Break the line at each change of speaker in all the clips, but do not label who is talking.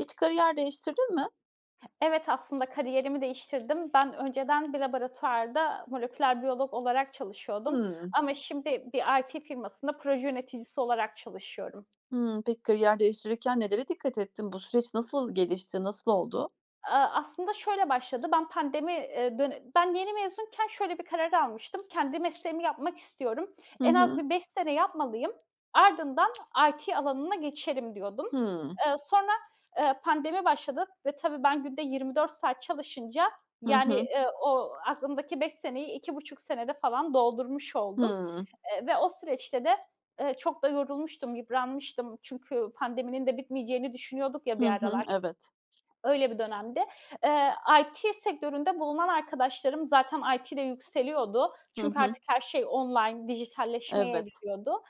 Hiç kariyer değiştirdin mi?
Evet, aslında kariyerimi değiştirdim. Ben önceden bir laboratuvarda moleküler biyolog olarak çalışıyordum
Hımm.
ama şimdi bir IT firmasında proje yöneticisi olarak çalışıyorum.
Hımm. Peki kariyer değiştirirken nelere dikkat ettin? Bu süreç nasıl gelişti, nasıl oldu?
Aslında şöyle başladı, ben pandemi, döne ben yeni mezunken şöyle bir karar almıştım, kendi mesleğimi yapmak istiyorum,
Hı
en az
hı.
bir 5 sene yapmalıyım, ardından IT alanına geçerim diyordum.
Hımm.
Sonra, pandemi başladı ve tabii ben günde 24 saat çalışınca,
Hı
yani,
hı.
o aklımdaki 5 seneyi 2,5 senede falan doldurmuş oldum,
Hımm.
ve o süreçte de, çok da yorulmuştum, yıpranmıştım. Çünkü pandeminin de bitmeyeceğini düşünüyorduk ya bir
Hı hı.
aralar
Evet.
öyle bir dönemdi. Eee, IT sektöründe bulunan arkadaşlarım zaten IT'de yükseliyordu.
Hı
Çünkü
hı.
artık her şey online, dijitalleşmeye
Evet.
evriliyordu.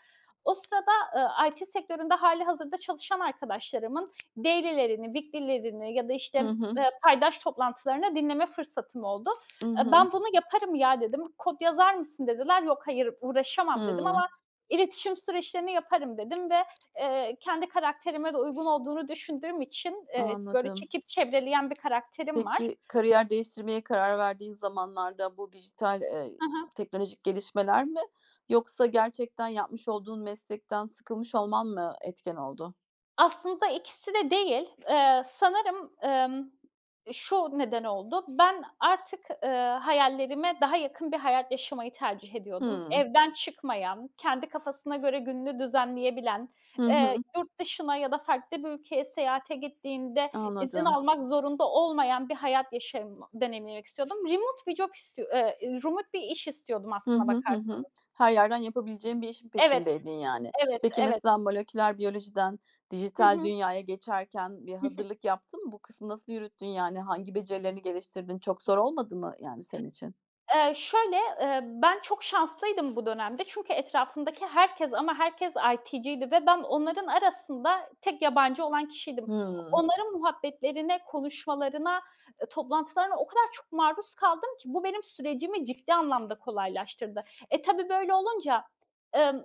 O sırada, IT sektöründe hali hazırda çalışan arkadaşlarımın daily'lerini, weekly'lerini ya da,
Hı
işte,
hı.
paydaş toplantılarını dinleme fırsatım oldu.
I hı.
"Ben bunu yaparım ya." dedim. "Kod yazar mısın?" dediler. "Yok, hayır, uğraşamam." dedim
Hımm.
ama "iletişim süreçlerini yaparım." dedim ve kendi karakterime de uygun olduğunu düşündüğüm için, böyle,
Anladım.
çekip çevreleyen bir karakterim var.
Peki kariyer değiştirmeye karar verdiğin zamanlarda bu dijital,
Hı hı.
teknolojik gelişmeler mi yoksa gerçekten yapmış olduğun meslekten sıkılmış olman mı etken oldu?
Aslında ikisi de değil. Sanırım, şu neden oldu: Ben artık, hayallerime daha yakın bir hayat yaşamayı tercih ediyordum.
Hımm.
Evden çıkmayan, kendi kafasına göre gününü düzenleyebilen,
Hı hı.
yurt dışına ya da farklı bir ülkeye seyahate gittiğinde izin
Anladım.
almak zorunda olmayan bir hayat yaşamı deneyimlemek istiyordum. Remote bir iş istiyordum
Hı
aslına
hı, hı hı.
bakarsanız.
Her yerden yapabileceğin bir işin
Evet,
peşindeydin yani.
evet,
Peki
evet.
mesela moleküler biyolojiden
Hı
dijital
hı.
dünyaya geçerken bir hazırlık yaptın mı? Bu kısmı nasıl yürüttün yani? Hangi becerilerini geliştirdin? Çok zor olmadı mı yani senin için?
Şöyle, ben çok şanslıydım bu dönemde çünkü etrafımdaki herkes ama herkes IT'ciydi ve ben onların arasında tek yabancı olan kişiydim.
Hımm.
Onların muhabbetlerine, konuşmalarına, toplantılarına o kadar çok maruz kaldım ki bu benim sürecimi ciddi anlamda kolaylaştırdı. Tabii böyle olunca, emm,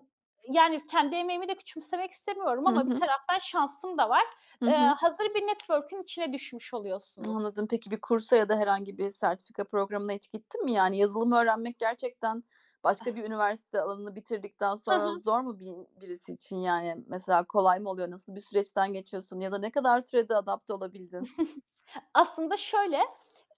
yani, kendi emeğimi de küçümsemek istemiyorum
Hı
ama bir
hı,
taraftan şansım da var.
hı
Eee,
hı.
hazır bir network'ün içine düşmüş oluyorsunuz.
Anladım. Peki bir kursa ya da herhangi bir sertifika programına hiç gittin mi? Yani yazılımı öğrenmek gerçekten başka bir üniversite alanını bitirdikten
Hı
sonra
hı.
zor mu birisi için yani? Mesela kolay mı oluyor? Nasıl bir süreçten geçiyorsun ya da ne kadar sürede adapte olabildin?
Aslında şöyle,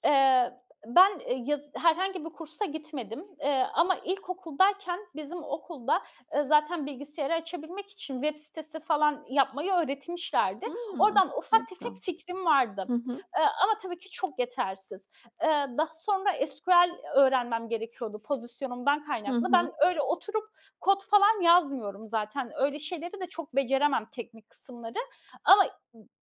ben, yaz herhangi bir kursa gitmedim, ama ilkokuldayken bizim okulda, zaten bilgisayarı açabilmek için web sitesi falan yapmayı öğretmişlerdi.
Hımm.
Oradan ufak
Ne
tefek
güzel.
fikrim vardı,
Hı hı.
ama tabii ki çok yetersiz. Daha sonra SQL öğrenmem gerekiyordu pozisyonumdan
Hı
kaynaklı. Ben
hı.
öyle oturup kod falan yazmıyorum zaten. Öyle şeyleri de çok beceremem teknik kısımları ama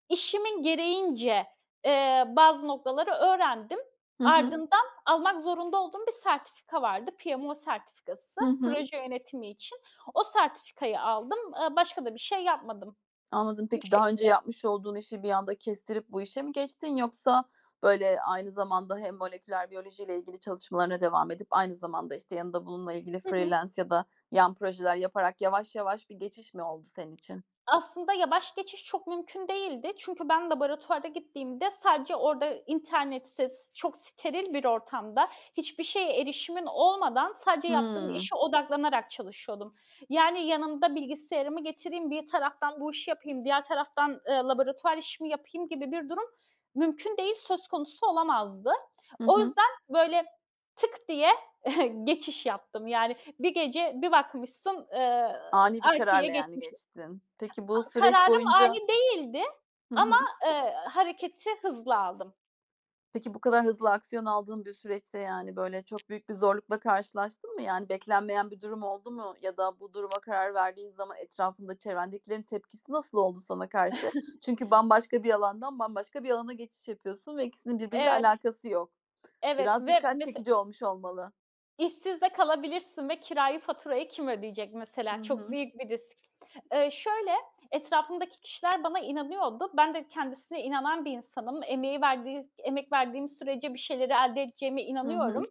işimin gereğince bazı noktaları öğrendim.
Hı hı.
Ardından almak zorunda olduğum bir sertifika vardı, PMO sertifikası,
Hı hı.
proje yönetimi için. O sertifikayı aldım. Başka da bir şey yapmadım.
Anladım.
Bu
Peki daha önce
şekilde.
yapmış olduğun işi bir anda kestirip bu işe mi geçtin yoksa, böyle, aynı zamanda hem moleküler biyolojiyle ilgili çalışmalarına devam edip aynı zamanda, işte, yanında bununla ilgili
Hı hı.
freelance ya da yan projeler yaparak yavaş yavaş bir geçiş mi oldu senin için?
Aslında yavaş geçiş çok mümkün değildi. Çünkü ben laboratuvara gittiğimde sadece orada internetsiz, çok steril bir ortamda, hiçbir şeye erişimin olmadan sadece yaptığın
Hımm.
işe odaklanarak çalışıyordum. Yani yanımda bilgisayarımı getireyim, bir taraftan bu işi yapayım, diğer taraftan, laboratuvar işimi yapayım gibi bir durum mümkün değil, söz konusu olamazdı.
Hı
O
hı.
yüzden böyle tık diye geçiş yaptım. Yani bir gece bir bakmışsın,
Ani bir
IT'ye
kararla, yani,
geçmişsin.
geçtin. Peki bu süreç
Kararım
boyunca.
ani değildi
Hı
ama,
hı.
hareketi hızlı aldım.
Peki bu kadar hızlı aksiyon aldığın bir süreçte, yani, böyle, çok büyük bir zorlukla karşılaştın mı? Yani, beklenmeyen bir durum oldu mu ya da bu duruma karar verdiğin zaman etrafında çevrendekilerin tepkisi nasıl oldu sana karşı? Çünkü bambaşka bir alandan bambaşka bir alana geçiş yapıyorsun ve ikisinin birbiriyle
Evet,
alakası yok.
evet
Biraz
ve
dikkat
mes
çekici olmuş olmalı.
İşsiz de kalabilirsin ve kirayı, faturayı kim ödeyecek
I
mesela? Çok
hı.
büyük bir risk. Şöyle, etrafımdaki kişiler bana inanıyordu. Ben de kendisine inanan bir insanım. Emeği verdiği Emek verdiğim sürece bir şeyleri elde edeceğime
Hı
inanıyorum.
hı.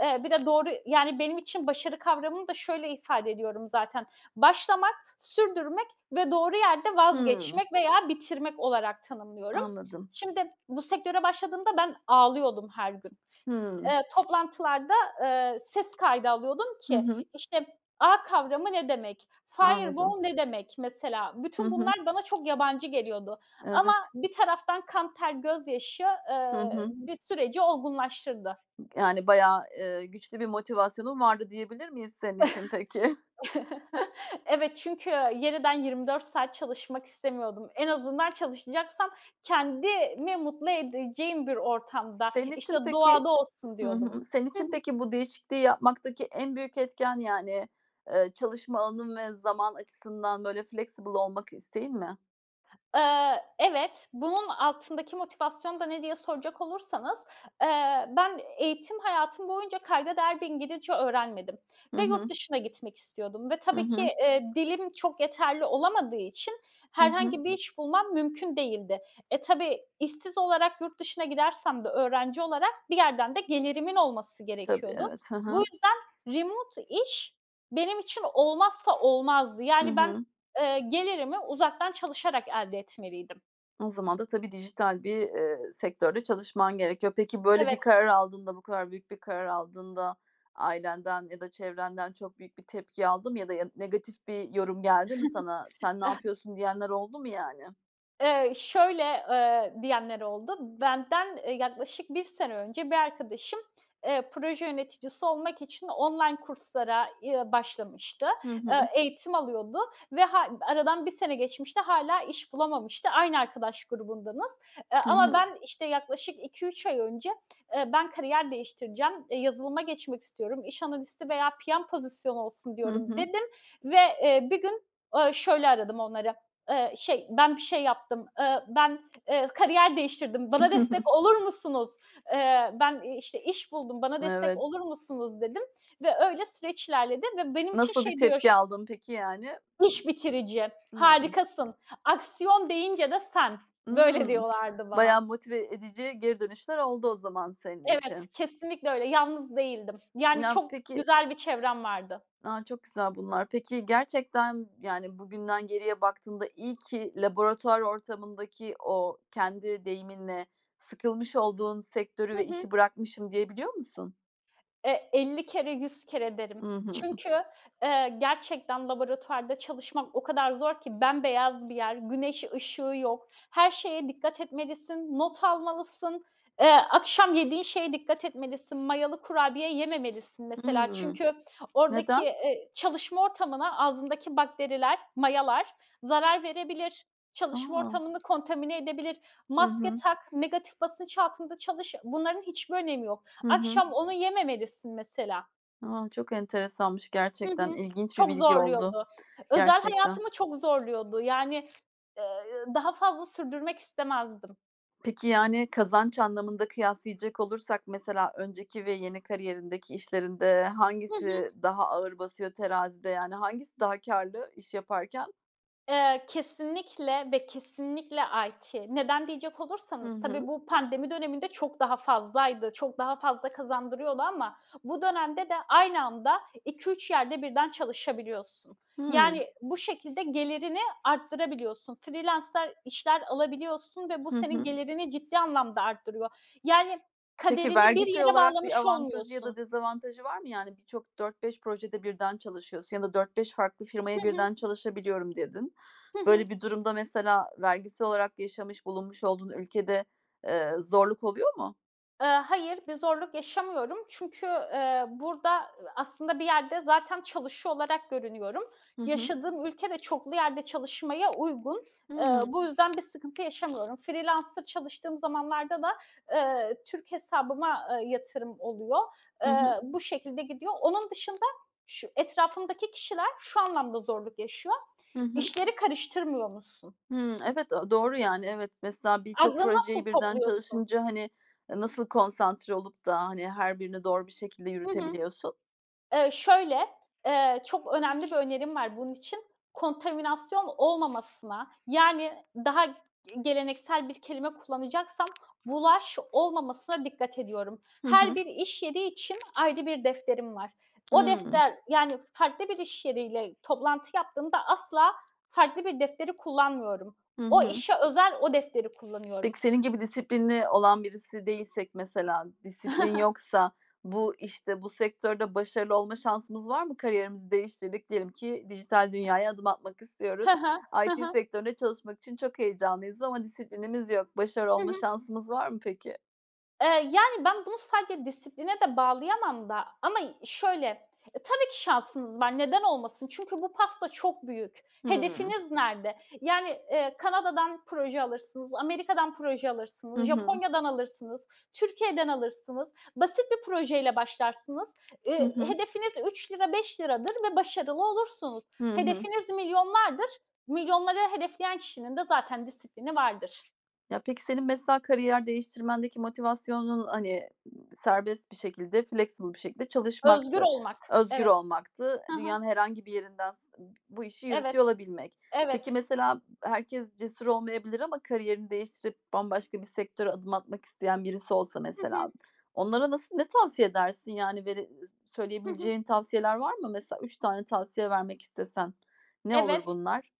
Bir de doğru yani benim için başarı kavramını da şöyle ifade ediyorum zaten. Başlamak, sürdürmek ve doğru yerde
Hımm.
vazgeçmek veya bitirmek olarak tanımlıyorum.
Anladım.
Şimdi bu sektöre başladığımda ben ağlıyordum her gün. S
Hımm.
toplantılarda ses kaydı alıyordum
Hı
ki
hı.
işte ağ kavramı ne demek,
Anladım.
fireball ne demek mesela?
Hı
Bütün
hı.
bunlar bana çok yabancı geliyordu ama
Evet.
bir taraftan kan, ter, gözyaşı,
Hı hı.
bir süreci olgunlaştırdı.
Yani, bayağı, güçlü bir motivasyonun vardı diyebilir miyiz senin için peki?
Evet, çünkü yeniden 24 saat çalışmak istemiyordum. En azından çalışacaksam kendimi mutlu edeceğim bir ortamda,
Senin
işte,
için peki
doğada olsun
Hı
diyordum.
hı. Senin için peki Bu değişikliği yapmaktaki en büyük etken, yani, çalışma alanın ve zaman açısından, böyle, flexible olmak isteğin mi?
Evet, bunun altındaki motivasyon da ne diye soracak olursanız, ben eğitim hayatım boyunca kayda değer bir İngilizce öğrenmedim
Hı
ve yurt
hı.
dışına gitmek istiyordum ve
Hı
tabii ki,
hı.
dilim çok yeterli olamadığı için
Hı hı.
herhangi bir iş bulmam mümkün değildi. Tabii işsiz olarak yurt dışına gidersem de öğrenci olarak bir yerden de gelirimin olması
Tabii,
gerekiyordu.
evet. Hı
Bu
hı.
yüzden remote iş benim için olmazsa olmazdı.
Hı
Yani ben
hı.
Gelirimi uzaktan çalışarak elde etmeliydim.
O zaman da tabii dijital bir, sektörde çalışman gerekiyor. Peki, böyle bir
Evet.
karar aldığında, bu kadar büyük bir karar aldığında ailenden ya da çevrenden çok büyük bir tepki aldın mı ya da ya negatif bir yorum geldi mi sana? "Sen ne yapıyorsun?" diyenler oldu mu yani?
Şöyle, diyenler oldu. Benden, yaklaşık bir sene önce bir arkadaşım, proje yöneticisi olmak için online kurslara, başlamıştı.
Hı hı.
Eğitim alıyordu ve aradan bir sene geçmişti, hâlâ iş bulamamıştı. Aynı arkadaş grubundanız. Eee,
Hı
ama
hı.
ben, işte, yaklaşık 2-3 ay önce, "Ben kariyer değiştireceğim, yazılıma geçmek istiyorum, iş analisti veya PM pozisyonu olsun."
Hı
diyorum
hı.
dedim ve, bir gün, şöyle aradım onları: "Ben bir şey yaptım, ben, kariyer değiştirdim, bana destek olur musunuz? Ben, işte, iş buldum, bana destek
Evet.
olur musunuz?" dedim ve öyle süreç ilerledi ve benim için
Nasıl bir
şey diyor
tepki
şu,
aldın peki yani?
"İş bitirici,
Hımm.
harikasın, aksiyon deyince de sen." Böyle
Hımm.
diyorlardı
Bayağı
bana.
motive edici geri dönüşler oldu o zaman senin
Evet,
için.
kesinlikle öyle. Yalnız değildim. Yani
Ya,
çok
peki.
güzel bir çevrem vardı.
A, çok güzel bunlar. Peki gerçekten, yani, bugünden geriye baktığında iyi ki laboratuvar ortamındaki o kendi deyiminle sıkılmış olduğun sektörü
Hı
ve
hı.
işi bırakmışım diyebiliyor musun?
50 kere, 100 kere
I
derim.
hı.
Çünkü, gerçekten laboratuvarda çalışmak o kadar zor ki bembeyaz bir yer, güneş ışığı yok. Her şeye dikkat etmelisin, not almalısın. Akşam yediğin şeye dikkat etmelisin. Mayalı kurabiye yememelisin mesela.
Hımm.
Çünkü oradaki,
Neden?
çalışma ortamına ağzındaki bakteriler, mayalar zarar verebilir. Çalışma
A!
ortamını kontamine edebilir.
Hı
Maske
hı.
tak, negatif basınç altında çalış. Bunların hiçbir önemi yok.
Hı hı.
Akşam onu yememelisin mesela.
A, çok enteresanmış
Hı
gerçekten.
hı.
İlginç bir
Çok
bilgi oldu.
zorluyordu. Özel
Gerçekten.
hayatımı çok zorluyordu. Yani, eee, daha fazla sürdürmek istemezdim.
Peki, yani, kazanç anlamında kıyaslayacak olursak mesela önceki ve yeni kariyerindeki işlerinde
Hı hı.
hangisi daha ağır basıyor terazide? Yani, hangisi daha karlı iş yaparken?
Kesinlikle ve kesinlikle IT. Neden diyecek
Hı
olursanız, tabii
hı.
bu pandemi döneminde çok daha fazlaydı, çok daha fazla kazandırıyordu ama bu dönemde de aynı anda iki üç yerde birden çalışabiliyorsun.
Hımm.
Yani bu şekilde gelirini arttırabiliyorsun. Freelancer işler alabiliyorsun ve bu
Hı
senin
hı.
gelirini ciddi anlamda arttırıyor. Yani
Peki,
kaderini bir
vergisel
yere
olarak bir
bağlamış
avantajı ya da
olmuyorsun.
dezavantajı var mı? Yani, birçok dört beş projede birden çalışıyorsun ya da 4-5 farklı firmaya
Hı hı.
birden çalışabiliyorum dedin.
Hı hı.
Böyle bir durumda mesela vergisel olarak yaşamış bulunmuş olduğun ülkede, zorluk oluyor mu?
Hayır, bir zorluk yaşamıyorum. Çünkü, burada aslında bir yerde zaten çalışıyor olarak görünüyorum.
Hı hı.
Yaşadığım ülke de çoklu yerde çalışmaya uygun. Eee,
Hımm.
bu yüzden bir sıkıntı yaşamıyorum. Freelancer çalıştığım zamanlarda da, Türk hesabıma, yatırım oluyor.
Hı
Eee,
hı.
bu şekilde gidiyor. Onun dışında şu etrafımdaki kişiler şu anlamda zorluk yaşıyor.
Hı hı.
İşleri karıştırmıyor musun?
Hımm, evet, o doğru yani, evet. Mesela birçok
Aklını nasıl
projeyi birden
topluyorsun?
çalışınca, hani, nasıl konsantre olup da, hani, her birini doğru bir şekilde
Hı hı.
yürütebiliyorsun?
Şöyle, çok önemli bir önerim var bunun için. Kontaminasyon olmamasına, yani daha geleneksel bir kelime kullanacaksam bulaş olmamasına dikkat ediyorum.
Hı
Her
hı.
bir iş yeri için ayrı bir defterim var. O
Hımm.
defter, yani farklı bir iş yeriyle toplantı yaptığımda asla farklı bir defteri kullanmıyorum.
Hı
O
hı.
işe özel o defteri kullanıyorum.
Peki senin gibi disiplinli olan birisi değilsek mesela, disiplin yoksa bu, işte, bu sektörde başarılı olma şansımız var mı? Kariyerimizi değiştirdik diyelim ki dijital dünyaya adım atmak
Hı
istiyoruz.
hı.
IT sektöründe çalışmak için çok heyecanlıyız ama disiplinimiz yok. Başarılı olma şansımız var mı peki?
Eee, yani, ben bunu sadece disipline de bağlayamam da ama şöyle, tabii ki şansınız var, neden olmasın? Çünkü bu pasta çok büyük.
Hımm.
Hedefiniz nerede? Yani, Kanada'dan proje alırsınız, Amerika'dan proje
Hı
alırsınız,
hı.
Japonya'dan alırsınız, Türkiye'den alırsınız. Basit bir projeyle başlarsınız.
Hı
Eee,
hı.
hedefiniz ₺3 liradır ve başarılı olursunuz.
Hı hı.
Hedefiniz milyonlardır. Milyonları hedefleyen kişinin de zaten disiplini vardır.
Ya, peki senin mesela kariyer değiştirmendeki motivasyonun, hani, serbest bir şekilde, flexible bir şekilde
Özgür
çalışmaktı,
olmak.
özgür
Evet.
olmaktı,
Hı
dünyanın
hı.
herhangi bir yerinden bu işi yürütüyor
Evet.
olabilmek. Peki
Evet.
mesela herkes cesur olmayabilir ama kariyerini değiştirip bambaşka bir sektöre adım atmak isteyen birisi olsa
Hı
mesela,
hı.
onlara nasıl ne tavsiye edersin? Yani
Hı hı.
söyleyebileceğin tavsiyeler var mı? Mesela 3 tane tavsiye vermek istesen ne olur
Evet,
bunlar?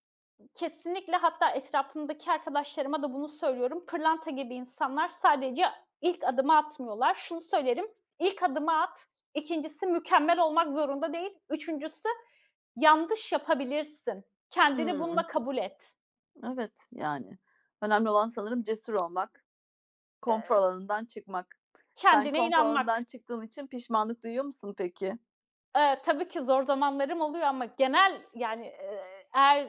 kesinlikle hatta etrafımdaki arkadaşlarıma da bunu söylüyorum. Pırlanta gibi insanlar sadece ilk adımı atmıyorlar. Şunu söylerim, ilk adımı at, İkincisi mükemmel olmak zorunda değil, üçüncüsü, yanlış yapabilirsin. Kendini
Hıı.
bununla kabul et.
Evet, yani. Önemli olan sanırım cesur olmak, konfor
Eee,
alanından çıkmak. Sen
kendine
konfor
inanmak.
alanından çıktığın için pişmanlık duyuyor musun peki?
Tabii ki zor zamanlarım oluyor ama genel, yani, eğer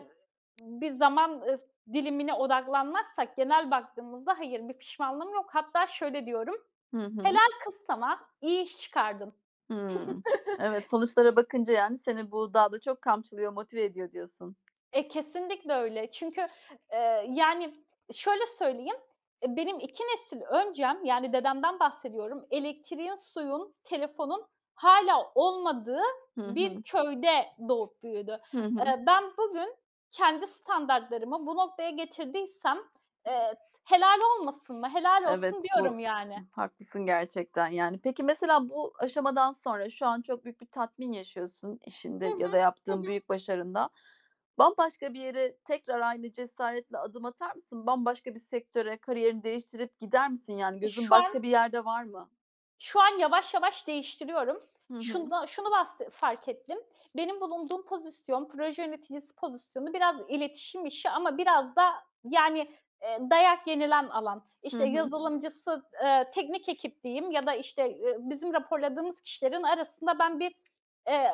bir zaman, dilimine odaklanmazsak genel baktığımızda hayır, bir pişmanlığım yok. Hatta şöyle diyorum:
Hı hı.
"Helal kız sana, iyi iş çıkardın."
Hımm. Evet, sonuçlara bakınca, yani, seni bu daha da çok kamçılıyor, motive ediyor diyorsun.
Kesinlikle öyle. Çünkü, yani, şöyle söyleyeyim, benim 2 nesil öncem, yani, dedemden bahsediyorum, elektriğin, suyun, telefonun hala olmadığı
Hı
bir
hı.
köyde doğup büyüdü.
Hı hı.
Ben bugün kendi standartlarımı bu noktaya getirdiysem, eee, helal olmasın mı, helal
Evet,
olsun diyorum
bu
yani.
haklısın gerçekten, yani. Peki, mesela bu aşamadan sonra şu an çok büyük bir tatmin yaşıyorsun
Hı
işinde
hı.
ya da
Hı
yaptığın
hı.
büyük başarında. Bambaşka bir yere tekrar aynı cesaretle adım atar mısın? Bambaşka bir sektöre kariyerini değiştirip gider misin? Yani gözün
Şu an
başka bir yerde var mı?
Şu an yavaş yavaş değiştiriyorum.
Hı hı.
Şunda şunu bahs Fark ettim. Benim bulunduğum pozisyon, proje yöneticisi pozisyonu biraz iletişim işi ama biraz da yani, dayak yenilen alan.
Hı
İşte
hı.
yazılımcısı, teknik ekip diyeyim ya da işte, bizim raporladığımız kişilerin arasında eee,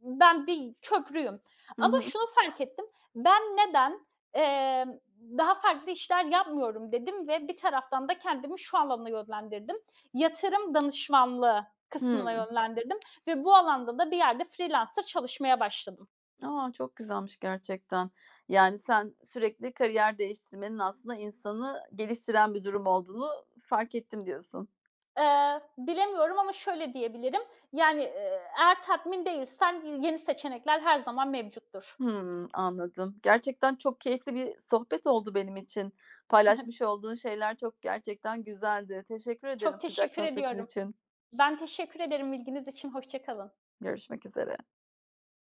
ben bir köprüyüm.
Hı
Ama
hı.
şunu fark ettim. Ben neden, emm, daha farklı işler yapmıyorum dedim ve bir taraftan da kendimi şu alana yönlendirdim. Yatırım danışmanlığı kısmına
Hımm.
yönlendirdim ve bu alanda da bir yerde freelancer çalışmaya başladım.
A, çok güzelmiş gerçekten. Yani, sen sürekli kariyer değiştirmenin aslında insanı geliştiren bir durum olduğunu fark ettim diyorsun.
Bilemiyorum ama şöyle diyebilirim, yani, eğer tatmin değilsen yeni seçenekler her zaman mevcuttur.
Hımm, anladım. Gerçekten çok keyifli bir sohbet oldu benim için. Paylaşmış olduğun şeyler çok gerçekten güzeldi. Teşekkür
Çok
ederim sıcak
teşekkür
sohbetin
ediyorum.
için.
Ben teşekkür ederim ilginiz için, hoşça kalın.
Görüşmek üzere.